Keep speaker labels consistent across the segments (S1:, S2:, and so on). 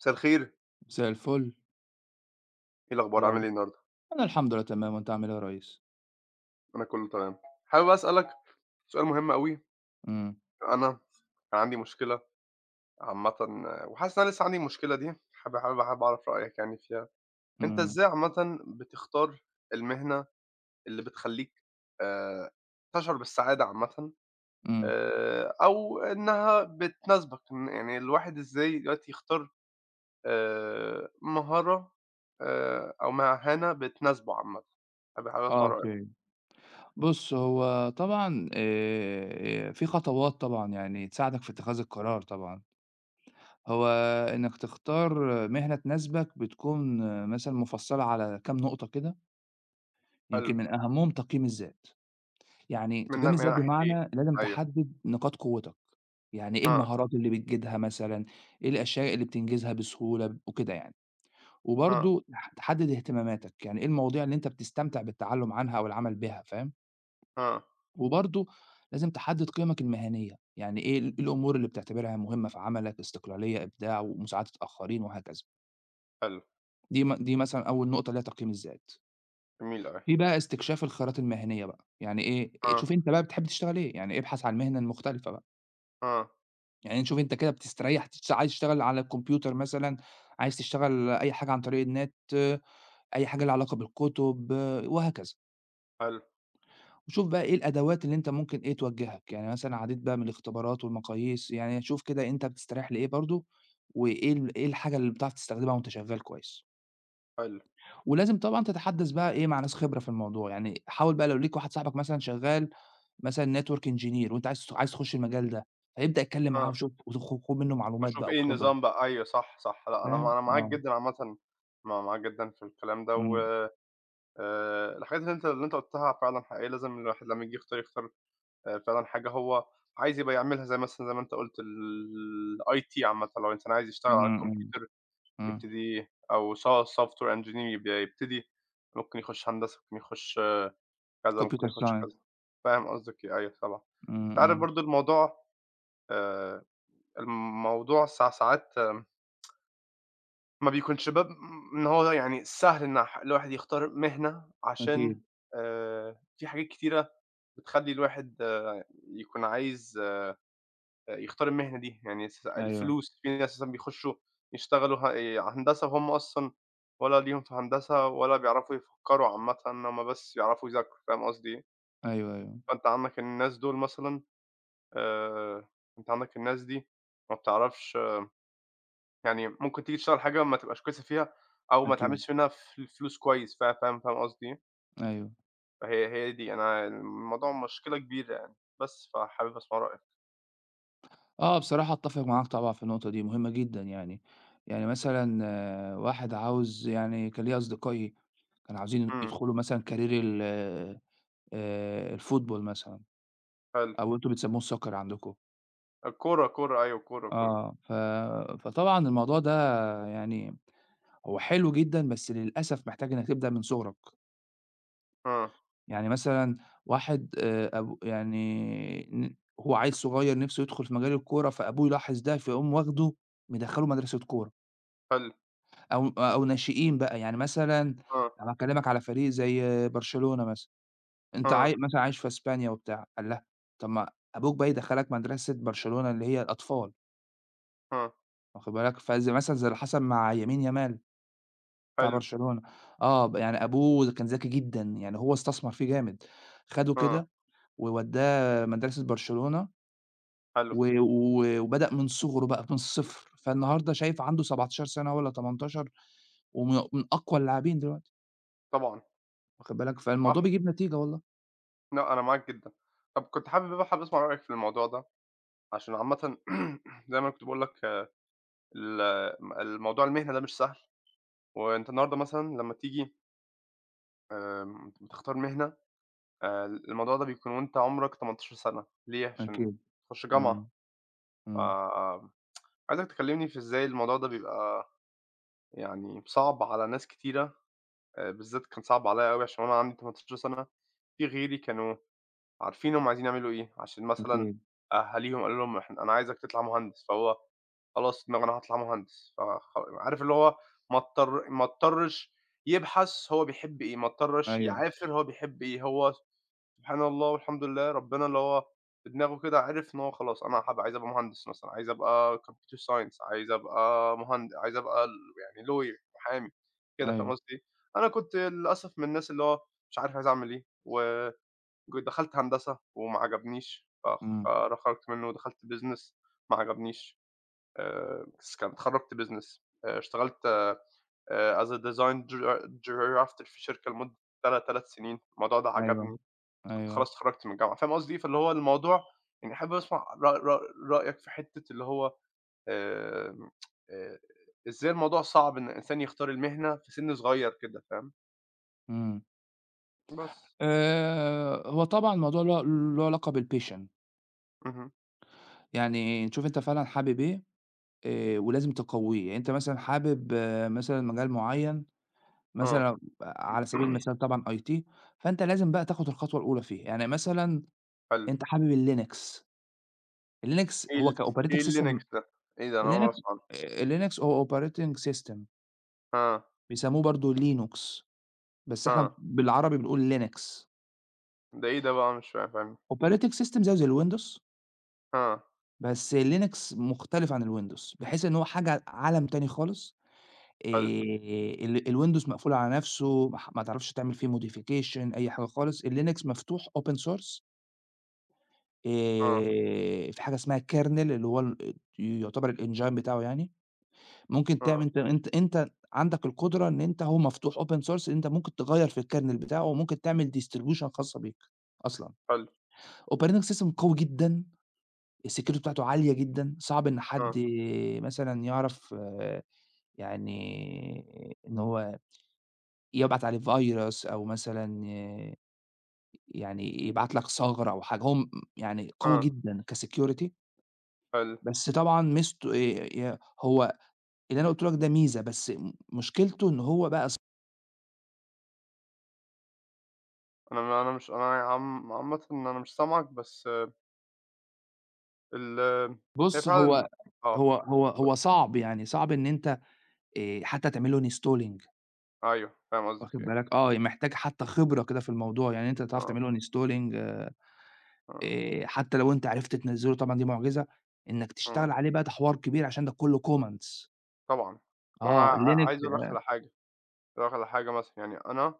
S1: مساء الخير، إيه
S2: مساء الفل، إيه
S1: الأخبار
S2: الأخب
S1: عامل إيه النهارده؟
S2: أنا الحمد لله تمام، وأنت عامل إيه يا ريس؟
S1: أنا كله تمام. حابب أسألك سؤال مهم أوي.
S2: إمم،
S1: أنا كان عندي مشكلة عامةً، وحاسس إن أنا لسه عندي المشكلة دي. حابب أعرف رأيك يعني فيها. أنت
S2: إمم،
S1: إزاي عامةً بتختار المهنة اللي بتخلّيك آآ تشعر بالسعادة عامةً،
S2: إمم،
S1: أو إنها بتناسبك؟ إن يعني الواحد إزاي دلوقتي يختار مهارة، أو مهنة بتناسبه عامةً؟ حابب أسمع رأيك.
S2: أوكي. بُص، هو طبعًا في خطوات طبعًا يعني تساعدك في اتخاذ القرار طبعًا. هو إنّك تختار مهنة تناسبك بتكون مثلًا مُفصّلة على كام نقطة كده،
S1: حلو.
S2: يمكن من أهمهم تقييم الذات. يعني
S1: من ن
S2: تقييم
S1: من
S2: الذات
S1: ناحية إيه؟
S2: بمعنى لازم
S1: أيوه.
S2: تحدد نقاط قوتك، يعني إيه
S1: آه،
S2: المهارات اللي بتجيدها مثلًا، إيه الأشياء اللي بتنجزها بسهولة وكده يعني.
S1: آه،
S2: وبرضه ح تحدد اهتماماتك، يعني إيه المواضيع اللي أنت بتستمتع بالتعلُّم عنها أو العمل بها، فاهم؟
S1: آه.
S2: وبرضه لازم تحدد قيمك المهنية، يعني إيه الأمور اللي بتعتبرها مهمة في عملك، استقلالية، إبداع، ومساعدة الآخرين وهكذا.
S1: حلو،
S2: دي مثلًا أول نقطة اللي هي تقييم الذات.
S1: جميل أوي.
S2: في بقى استكشاف الخيارات المهنية بقى، يعني
S1: آه،
S2: شوف أنت بقى بتحب تشتغل إيه، يعني ابحث عن المهنة المختلفة بقى،
S1: آه.
S2: يعني شوف أنت كده بتستريّح عايز تشتغل على الكمبيوتر مثلًا، عايز تشتغل أي حاجة عن طريق النت، آه، أي حاجة ليها علاقة بالكُتب آه، وهكذا.
S1: حلو،
S2: وشوف بقى إيه الأدوات اللي أنت ممكن إيه توجّهك، يعني مثلًا عديت بقى من الاختبارات والمقاييس، يعني شوف كده أنت بتستريح لإيه برضه، وإيه ال إيه الحاجة اللي بتعرف تستخدمها وأنت شغّال كويس،
S1: حلو.
S2: ولازم طبعًا تتحدّث بقى إيه مع ناس خبرة في الموضوع، يعني حاول بقى لو ليك واحد صاحبك مثلًا شغّال مثلًا network engineer وأنت عايز تخُش المجال ده، فابدأ اتكلّم معاه
S1: آه.
S2: وشوف خُد منّه معلومات
S1: وأشوف
S2: بقى
S1: إيه
S2: وخبرة،
S1: النظام بقى. أيوه، صح، صح. لأ، أنا م
S2: فاهم؟
S1: أنا معاك
S2: آه،
S1: جدًا عامةً، معاك جدًا في الكلام ده، و
S2: إمم،
S1: الحاجات اللي أنت قُلتها فعلًا حقيقية. لازم الواحد لمّا ييجي يختار، يختار فعلًا حاجة هو عايز يبقى يعملها، زي مثلًا زي ما أنت قُلت، الIT عامةً. لو إنسان عايز يشتغل
S2: إمم،
S1: على
S2: إمم،
S1: الكمبيوتر
S2: إمم،
S1: يبتدي أو software engineer، يبقى يبتدي ممكن يخش هندسة، ممكن يخش كذا،
S2: computer
S1: ممكن يخش
S2: science.
S1: كذا. فاهم قصدك. أيوه، طبعًا.
S2: إمم،
S1: أنت عارف
S2: إمم،
S1: برضه الموضوع، آآ الموضوع ساعات ما بيكونش باب إن هو يعني سهل إن الواحد يختار مهنة، عشان
S2: أكيد،
S1: في حاجات كتيرة بتخلّي الواحد يكون عايز يختار المهنة دي. يعني
S2: أيوه،
S1: الفلوس. في ناس مثلًا بيخشوا يشتغلوا إيه، هندسة، وهُم أصلًا ولا ليهم في هندسة ولا بيعرفوا يفكّروا عامةً، هُم بس يعرفوا يذاكروا. فاهم قصدي إيه؟
S2: أيوه، أيوه،
S1: فأنت عندك الناس دول مثلًا، آآ، أنت عندك الناس دي ما بتعرفش، يعني ممكن تيجي تشتغل حاجة ما تبقاش كويسة فيها، أو ما
S2: أكيد،
S1: تعملش منها فلوس كويس. فا فاهم فاهم قصدي إيه؟
S2: أيوه.
S1: فهي دي، أنا الموضوع مشكلة كبيرة يعني. بس فحابب أسمع رأيك.
S2: بصراحة أتّفق معاك طبعًا في النقطة دي، مهمة جدًا يعني. يعني مثلًا واحد عاوز يعني كان ليّا أصدقائي كانوا عاوزين
S1: إمم،
S2: يدخلوا مثلًا career ال الفوتبول مثلًا
S1: حلو.
S2: أو أنتم بتسمّوه الsoccer عندكم.
S1: الكورة، كورة، أيوه، كورة، كورة.
S2: آه، ف فطبعًا الموضوع ده يعني هو حلو جدًا، بس للأسف محتاج إنّك تبدأ من صُغرك.
S1: آه،
S2: يعني مثلًا واحد أب يعني ن هو عيّل صغير نِفْسه يدخُل في مجال الكورة، فأبوه يلاحظ ده، فيقوم واخده مدخّله مدرسة كورة.
S1: حلو،
S2: أو ناشئين بقى، يعني مثلًا
S1: آه،
S2: أنا هاكلّمك على فريق زي برشلونة مثلًا، أنت
S1: آه،
S2: عاي مثلًا عايش في إسبانيا وبتاع، قال لها طَب ما أبوك بقى يدخّلك مدرسة برشلونة اللي هي الأطفال،
S1: آه،
S2: واخد بالك، فزي مثلًا زي اللي حصل مع يمين يامال بتاع
S1: حلو،
S2: برشلونة، آه، ب يعني أبوه كان ذكي جدًا، يعني هو استثمر فيه جامد، خَدُه
S1: آه،
S2: كده مدرسة برشلونة
S1: حلو،
S2: و و وبدأ من صُغره بقى من الصفر، فالنهارده شايف عنده 17 سَنة والّا 18 من أقوى اللاعبين دلوقتي.
S1: طبعًا،
S2: واخد بالك، فالموضوع
S1: صح،
S2: بيجيب نتيجة والله،
S1: لأ أنا معاك جدًا. طب كنت حابب بقى، حابب أسمع رأيك في الموضوع ده، عشان عامةً زي ما أنا كنت باقول لك، ال م الموضوع المهنة ده مش سهل. وأنت النهارده مثلًا لمّا تيجي، بتختار مهنة، الموضوع ده بيكون وأنت عمرك 18 سنة. ليه؟ عشان
S2: أكيد،
S1: تخش جامعة.
S2: إمم،
S1: ف
S2: إمم،
S1: عايزك تكلمني في إزاي الموضوع ده بيبقى يعني صعب على ناس كتيرة. بالذات كان صعب عليَّ أوي عشان وأنا عندي 18 سنة، في غيري كانوا عارفين هُم عايزين يعملوا إيه، عشان مثلًا
S2: أكيد،
S1: أهاليهم قالوا لهم إحنا أنا عايزك تطلع مهندس، فهو خلاص دماغه أنا هاطلع مهندس. عارف اللي هو ما اضطرش يبحث هو بيحب إيه، ما اضطرش
S2: أيوه،
S1: يعافر هو بيحب إيه. هو سبحان الله والحمد لله، ربنا اللي هو بدماغه كده عرف إن هو خلاص أنا هابقى عايز أبقى مهندس مثلًا، عايز أبقى computer science، عايز أبقى عايز أبقى يعني lawyer، محامي كده. فاهم
S2: أيوه،
S1: قصدي إيه؟ أنا كنت للأسف من الناس اللي هو مش عارف عايز أعمل إيه، و دخلت هندسة وما عجبنيش.
S2: إمم،
S1: خرجت منّه ودخلت business، ما عجبنيش. بس كان اتخرّجت business، اشتغلت as a design grafter في شركة لمدة تلات سنين. الموضوع ده
S2: أيوه،
S1: عجبني، كنت
S2: أيوه،
S1: خلاص اتخرّجت من الجامعة. فاهم قصدي؟ إيه؟ فاللي هو الموضوع، يعني أحب أسمع ر ر رأيك في حتّة اللي هو، آمم آآ إزاي الموضوع صعب إن الإنسان يختار المهنة في سِن صغيّر كده. فاهم؟
S2: إمم،
S1: بس.
S2: هو طبعًا الموضوع له علاقة بالpassion.
S1: اهم،
S2: يعني تشوف أنت فعلًا حابب إيه، ولازم تقويه، يعني أنت مثلًا حابب مثلًا مجال معين
S1: آه،
S2: مثلًا على سبيل المثال طبعًا IT. فأنت لازم بقى تاخد الخطوة الأولى فيه، يعني مثلًا
S1: حلو.
S2: أنت حابب الLinux. الLinux
S1: إيه
S2: هو
S1: ال
S2: كoperating
S1: إيه
S2: system.
S1: الLinux ده؟ إيه ده؟ أنا أول مرة
S2: الLinux
S1: أسمع عنه.
S2: الLinux هو operating system،
S1: آه،
S2: بيسموه برضه Linux، بس إحنا
S1: آه،
S2: بالعربي بنقول Linux.
S1: ده إيه ده بقى؟ أنا مش فاهم، فاهمني.
S2: operating system زيه زي الWindows،
S1: آه،
S2: بس Linux مختلف عن الWindows، بحيث إن هو حاجة عالم تاني خالص، آآ
S1: حلو،
S2: ال الWindows مقفول على نَفْسه، ما تعرفش تعمل فيه modification أي حاجة خالص، الLinux مفتوح open source.
S1: آه،
S2: في حاجة اسمها kernel اللي هو ال يعتبر الengine بتاعه يعني، ممكن تعمل
S1: آه،
S2: أنت عندك القدرة إن أنت هو مفتوح open source، أنت ممكن تغيّر في الkernel بتاعه، وممكن تعمل distribution خاصة بيك أصلًا.
S1: حلو،
S2: operating system قوي جدًا، الsecurity بتاعته عالية جدًا، صعب إن
S1: آه،
S2: حد مثلًا يعرف يعني إن هو يبعت عليه فيروس أو مثلًا يعني يبعت لك ثغرة أو حاجة، هو م يعني قوي
S1: آه،
S2: جدًا كsecurity.
S1: حلو.
S2: بس طبعًا ميزته ي ي هو اللي أنا قُلته لك ده ميزة، بس م مشكلته إن هو بقى ص
S1: أنا ما أنا مش أنا عم عامةً، ان أنا مش سامعك بس، آه، ال آه، هي
S2: بُص هو
S1: فعلًا، آه،
S2: هو صعب يعني صعب إن أنت حتى تعمل له installing.
S1: أيوه، فاهم قصدك
S2: واخد
S1: إيه.
S2: بالك، آه، يعني محتاج حتى خبرة كده في الموضوع، يعني أنت تعرف
S1: آه،
S2: تعمل له installing.
S1: آه،
S2: حتى لو أنت عرفت تنزّله طبعًا دي معجزة، إنك تشتغل
S1: آه،
S2: عليه بقى ده حوار كبير عشان ده كله comments.
S1: طبعًا. وأنا
S2: آه، Linux
S1: عايز أقول لك
S2: أ
S1: على حاجة. أقول لك على حاجة مثلًا، يعني أنا،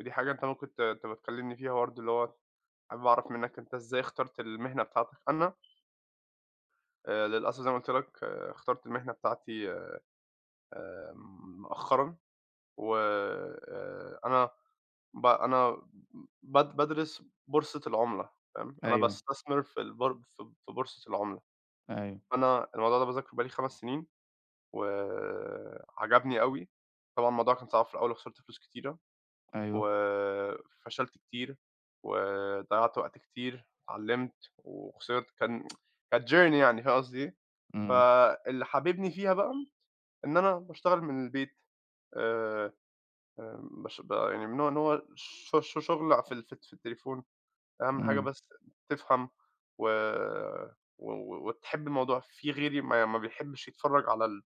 S1: ودي حاجة أنت ممكن تبقى تكلمني فيها برضه، اللي هو حابب أعرف منّك أنت إزاي اخترت المهنة بتاعتك. أنا للأسف زي ما قُلت لك، آه، اخترت المهنة بتاعتي مؤخرًا. و أنا ب أنا باد بادرس بورصة العُملة، فاهم، أنا
S2: أيوه،
S1: باستثمر في البر في في بورصة العُملة.
S2: أيوه،
S1: فأنا الموضوع ده باذاكره بقى لي 5 سنين، وعجبني أوي. طبعًا الموضوع كان صعب في الأول وخسرت فلوس كتيرة،
S2: أيوه،
S1: وفشلت كتير، وضيّعت وقت كتير، اتعلمت وخسرت. كانت journey يعني، فاهم قصدي إيه؟
S2: إمم،
S1: فاللي حاببني فيها بقى إن أنا باشتغل من البيت، آآ، آمم، باش ب يعني من نوع إن هو ش ش شغل في ال في في التليفون، أهم حاجة
S2: إمم،
S1: بس تفهم و و و وتحب الموضوع. في غيري ما بيحبش يتفرّج على ال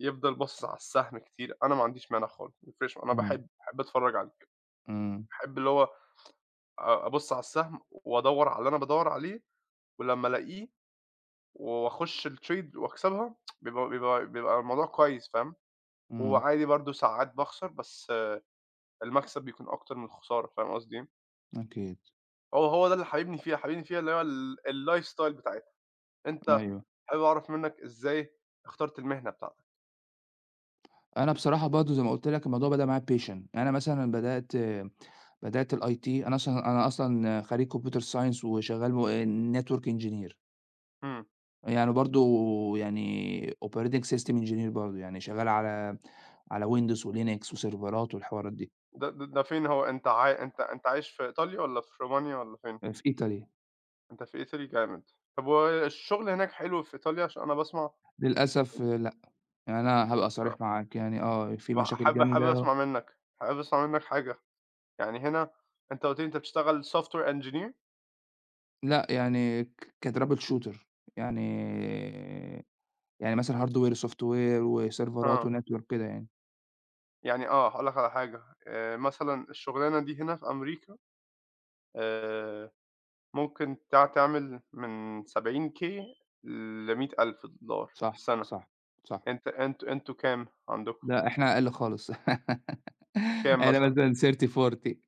S1: يفضل باصص على السهم كتير. أنا ما عنديش مانع خالص، ما يفرقش، أنا
S2: إمم،
S1: باحب أتفرّج عليه.
S2: إمم،
S1: باحب اللي هو أبُص على السهم وأدوّر على اللي أنا بادوّر عليه، ولمّا ألاقيه وأخش الtrade وأكسبها بيبقى الموضوع كويس، فاهم؟
S2: إمم،
S1: وعادي برضه ساعات باخسر، بس المكسب بيكون أكتر من الخسارة. فاهم قصدي إيه؟
S2: أكيد،
S1: هو ده اللي حاببني فيها، حاببني فيها اللي هو ال الlifestyle بتاعتها. أنت
S2: أيوه.
S1: حابب أعرف منك إزاي اخترت المهنة بتاعتك.
S2: أنا بصراحة برضه زي ما قُلت لك الموضوع بدأ معايا بpatient، أنا مثلًا بدأت الIT. أنا أصلًا خريج computer science وشغّال network engineer.
S1: إمم.
S2: يعني برضه يعني operating system engineer برضه، يعني شغال على Windows وLinux وسيرفرات والحوارات دي،
S1: ده فين هو، أنت عايش في إيطاليا والّا في رومانيا والّا فين؟
S2: في إيطاليا.
S1: أنت في Italy جامد. طب والشغل هناك حلو في إيطاليا؟ عشان أنا باسمع.
S2: للأسف لأ، يعني أنا هابقى صريح معاك يعني آه، في
S1: بابقى
S2: مشاكل
S1: حابب، حابب
S2: جامدة.
S1: أسمع منك، حابب أسمع منك حاجة، يعني هنا أنت قُلت لي أنت بتشتغل software engineer.
S2: لأ، يعني ك كTrouble shooter يعني يعني مثلًا hardware وsoftware وسيرفرات
S1: آه،
S2: وnetwork كده يعني.
S1: يعني، آه، هاقول لك على حاجة، مثلًا الشغلانة دي هنا في أمريكا آآ ممكن تعمل من 70K ل$100,000 في
S2: صح،
S1: السنة.
S2: صح، صح.
S1: أنتم كام عندكم؟
S2: لأ، إحنا أقل خالص.
S1: كام
S2: إحنا
S1: مثلًا؟
S2: مثلًا 30، 40.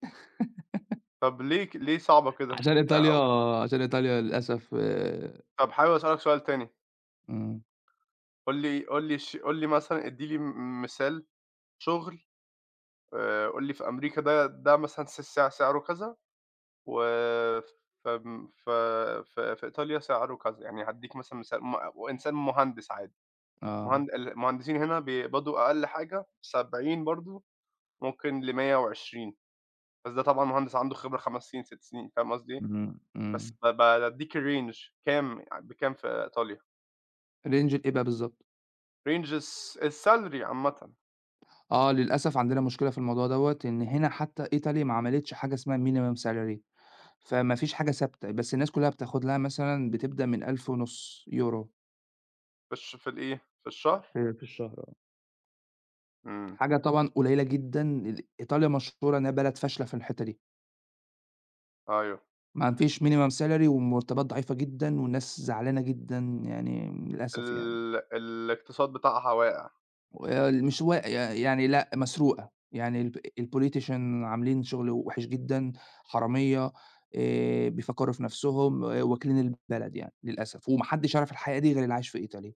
S1: طب ليه، ليه صعبة كده؟
S2: عشان
S1: أ
S2: إيطاليا.
S1: أو
S2: عشان إيطاليا للأسف.
S1: طب حابب أسألك سؤال تاني.
S2: إمم.
S1: قُل لي مثلًا، ادّي لي م مثال شغل، قُل لي في أمريكا ده ده مثلًا س سع سعره كذا، وف فم ف ف في إيطاليا سعره كذا. يعني هادّيك مثلًا مثال، وإنسان مهندس عادي،
S2: آه،
S1: المهندسين هنا بيقبضوا أقل حاجة 70 برضه، ممكن ل120. بس ده طبعًا مهندس عنده خبرة 5 سنين، 6 سنين، فاهم قصدي إيه؟
S2: إمم،
S1: بس
S2: إمم.
S1: ب بادّيك الrange كام بكام في إيطاليا؟
S2: رينج لإيه بقى بالضبط؟
S1: range الsalary عامةً.
S2: آه، للأسف عندنا مشكلة في الموضوع دوّة، إن هنا حتى إيطالي ما عملتش حاجة اسمها minimum salary، فما فيش حاجة ثابتة، بس الناس كلّها بتاخد لها مثلًا بتبدأ من 1500€
S1: في الإيه، في الشهر؟
S2: في الشهر آه،
S1: إمم،
S2: حاجة طبعًا قليلة جدًا، إيطاليا مشهورة إنها بلد فاشلة في الحتّة دي،
S1: أيوه.
S2: ما فيش minimum salary والمرتبات ضعيفة جدًا والناس زعلانة جدًا يعني للأسف يعني.
S1: ال الاقتصاد بتاعها واقع.
S2: مش وا يعني لأ، مسروقة، يعني الب الpolitician عاملين شغل وِحِش جدًا، حرامية، بيفكّروا في نَفْسهم، آه، واكلين البلد يعني للأسف، وما حدّش يعرف الحقيقة دي غير اللي عايش في إيطاليا،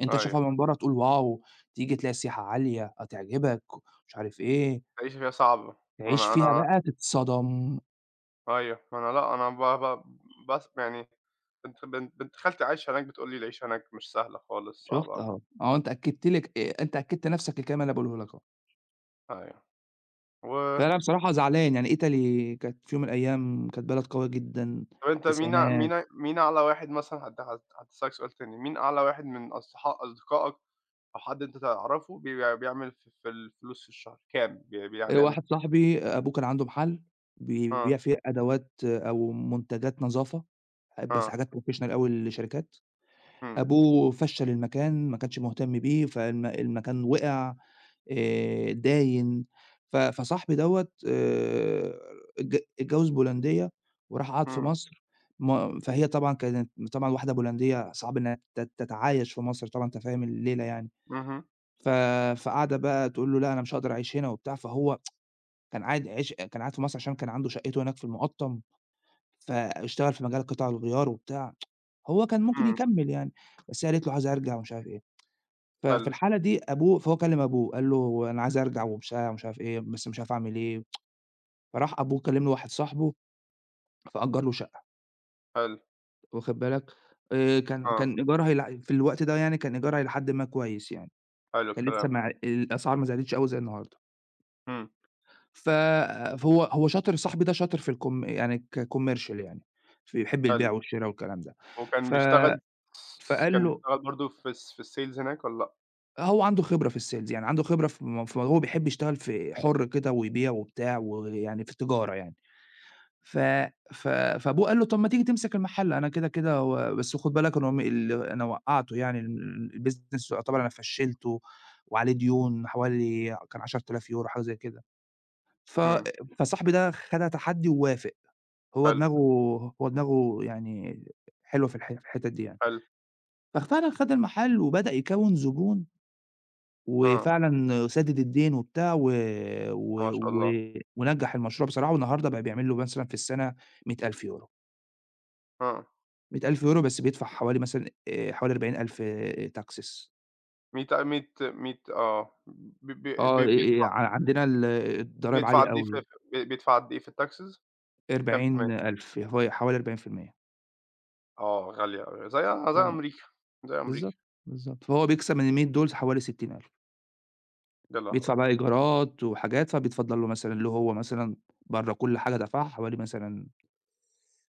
S2: أنت
S1: أيوه.
S2: تشوفها من برّه تقول واو! تيجي تلاقي السياحة عالية، هتعجبك، مش عارف إيه،
S1: العيشة فيها صعبة. ما
S2: تعيش
S1: أنا
S2: فيها
S1: أنا
S2: بقى تتصدم،
S1: أيوه، ما أنا لأ، أنا ب ب بس يعني بنت خالتي عايشة هناك، بتقول لي العيشة هناك مش سهلة خالص،
S2: شُفت
S1: صعبة.
S2: أهو، أنت أكّدت نَفْسك الكلام اللي أنا باقوله لك أهو،
S1: أيوه. و
S2: فأنا بصراحة زعلان، يعني إيطالي كانت في يوم من الأيام كانت بلد قوية جدًا،
S1: طب أنت مين أع
S2: التسعينات.
S1: مين أع مين أعلى واحد مثلًا، هت هت هاسألك سؤال تاني: مين أعلى واحد من أصدقائك أو حد أنت تعرفه بيعمل في الفلوس في الشهر كام، بي بي يعني بيعمل؟
S2: واحد صاحبي أبوه كان عنده محل
S1: آه،
S2: بيبيع فيه أدوات أو منتجات نظافة، بس
S1: آه،
S2: حاجات professional أوي لشركات،
S1: إمم،
S2: أبوه فشّل المكان ما كانش مهتم بيه المكان وقع، داين، فصاحبي دوّة اتجوّز بولندية وراح قعد في
S1: إمم،
S2: مصر، ما فهي طبعًا كانت طبعًا واحدة بولندية صعب إنها تتعايش في مصر طبعًا أنت فاهم الليلة يعني،
S1: اهم،
S2: ف فقاعدة بقى تقول له: "لأ أنا مش هاقدر أعيش هنا" وبتاع، فهو كان قاعد في مصر عشان كان عنده شقته هناك في المُقطّم، فاشتغل في مجال قطع الغيار وبتاع، هو كان ممكن
S1: إمم،
S2: يكمّل يعني، بس هي قالت له: "عايزة أرجع." ومش عارف إيه، ففي
S1: حلو،
S2: الحالة دي أبوه فهو كلّم أبوه، قال له: "أنا عايز أرجع وبتاع ومش عارف مش عارف إيه، بس مش عارف أعمل إيه." فراح أبوه كلّم له واحد صاحبه فأجّر له شقة،
S1: حلو،
S2: واخد بالك، آآ كان
S1: آه،
S2: كان إيجارها إلى ح في الوقت ده يعني كان إيجارها إلى حدٍ ما كويس يعني،
S1: حلو
S2: كان لسه
S1: الكلام،
S2: ما الأسعار ما زادتش أوي زي النهارده.
S1: إمم،
S2: ف فهو هو شاطر صاحبي ده شاطر في الكم يعني كcommercial يعني، في بيحب البيع
S1: حلو.
S2: والشرا والكلام ده،
S1: وكان
S2: ف
S1: بيشتغل،
S2: فقال
S1: كان
S2: له
S1: بيشتغل برضه في الsales هناك والّا لأ؟
S2: هو عنده خبرة في الsales يعني عنده خبرة في هو بيحب يشتغل في حُر كده ويبيع وبتاع ويعني في التجارة يعني، ف ف فأبوه قال له: "طَب ما تيجي تمسك المحل أنا كده، كده و بس خُد بالك أنا وقّعته يعني الbusiness يعتبر أنا فشّلته وعليه ديون حوالي كان 10.000€ حاجة زي كده." ف
S1: إمم،
S2: فصاحبي ده خدها تحدي ووافق. هو
S1: حلو،
S2: دماغه هو دماغه يعني حلوة في الحتت دي يعني.
S1: حلو،
S2: ففعلًا خد المحل وبدأ يكوّن زبون،
S1: آه،
S2: وفعلًا سدد الدين وبتاع و و
S1: ما شاء
S2: و
S1: الله،
S2: ونجّح المشروع بصراحة، والنهارده بقى بيعمل له مثلًا في السنة 100.000€،
S1: آه،
S2: 100.000€ بس بيدفع حوالي مثلًا حوالي 40.000 taxes.
S1: 100 100 100، آه، ب ب ب
S2: آه،
S1: بيدفع
S2: ع عندنا الضرايب
S1: بيدفع
S2: عالية
S1: قد إيه
S2: أوي،
S1: في، بيدفع قد إيه في الtaxes؟ كام في المِيّة؟
S2: 40.000 هو حوالي 40%.
S1: آه، غالية أوي، زي، زي
S2: آه،
S1: أمريكا، زي
S2: بالضبط،
S1: أمريكا.
S2: بالضبط. فهو بيكسب من ال100 دول حوالي 60.000.
S1: يا لهوي!
S2: بيدفع بقى إيجارات وحاجات، فبيتفضّل له مثلًا له هو مثلًا برّه كل حاجة دفعها حوالي مثلًا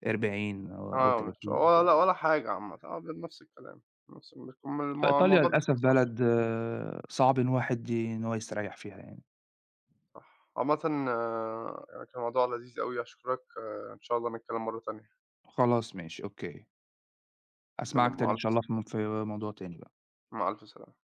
S2: 40 أو
S1: آه، مش
S2: 30
S1: ولا
S2: كده.
S1: لأ ولا حاجة عامةً، آه، ب نفس الكلام، نفس بيكون
S2: فإيطاليا
S1: الموضوع
S2: للأسف
S1: بيكون صعب.
S2: بلد آه، صعب إن الواحد ي إن هو يستريّح فيها يعني.
S1: عامةً، يعني كان موضوع لذيذ أوي، أشكرك، آه، إن شاء الله نتكلم مرة تانية.
S2: خلاص ماشي، أوكي،
S1: يالّا،
S2: أسمعك تاني
S1: مع
S2: إن
S1: ألف
S2: شاء
S1: س
S2: الله في موضوع تاني.
S1: مع ألف سلامة.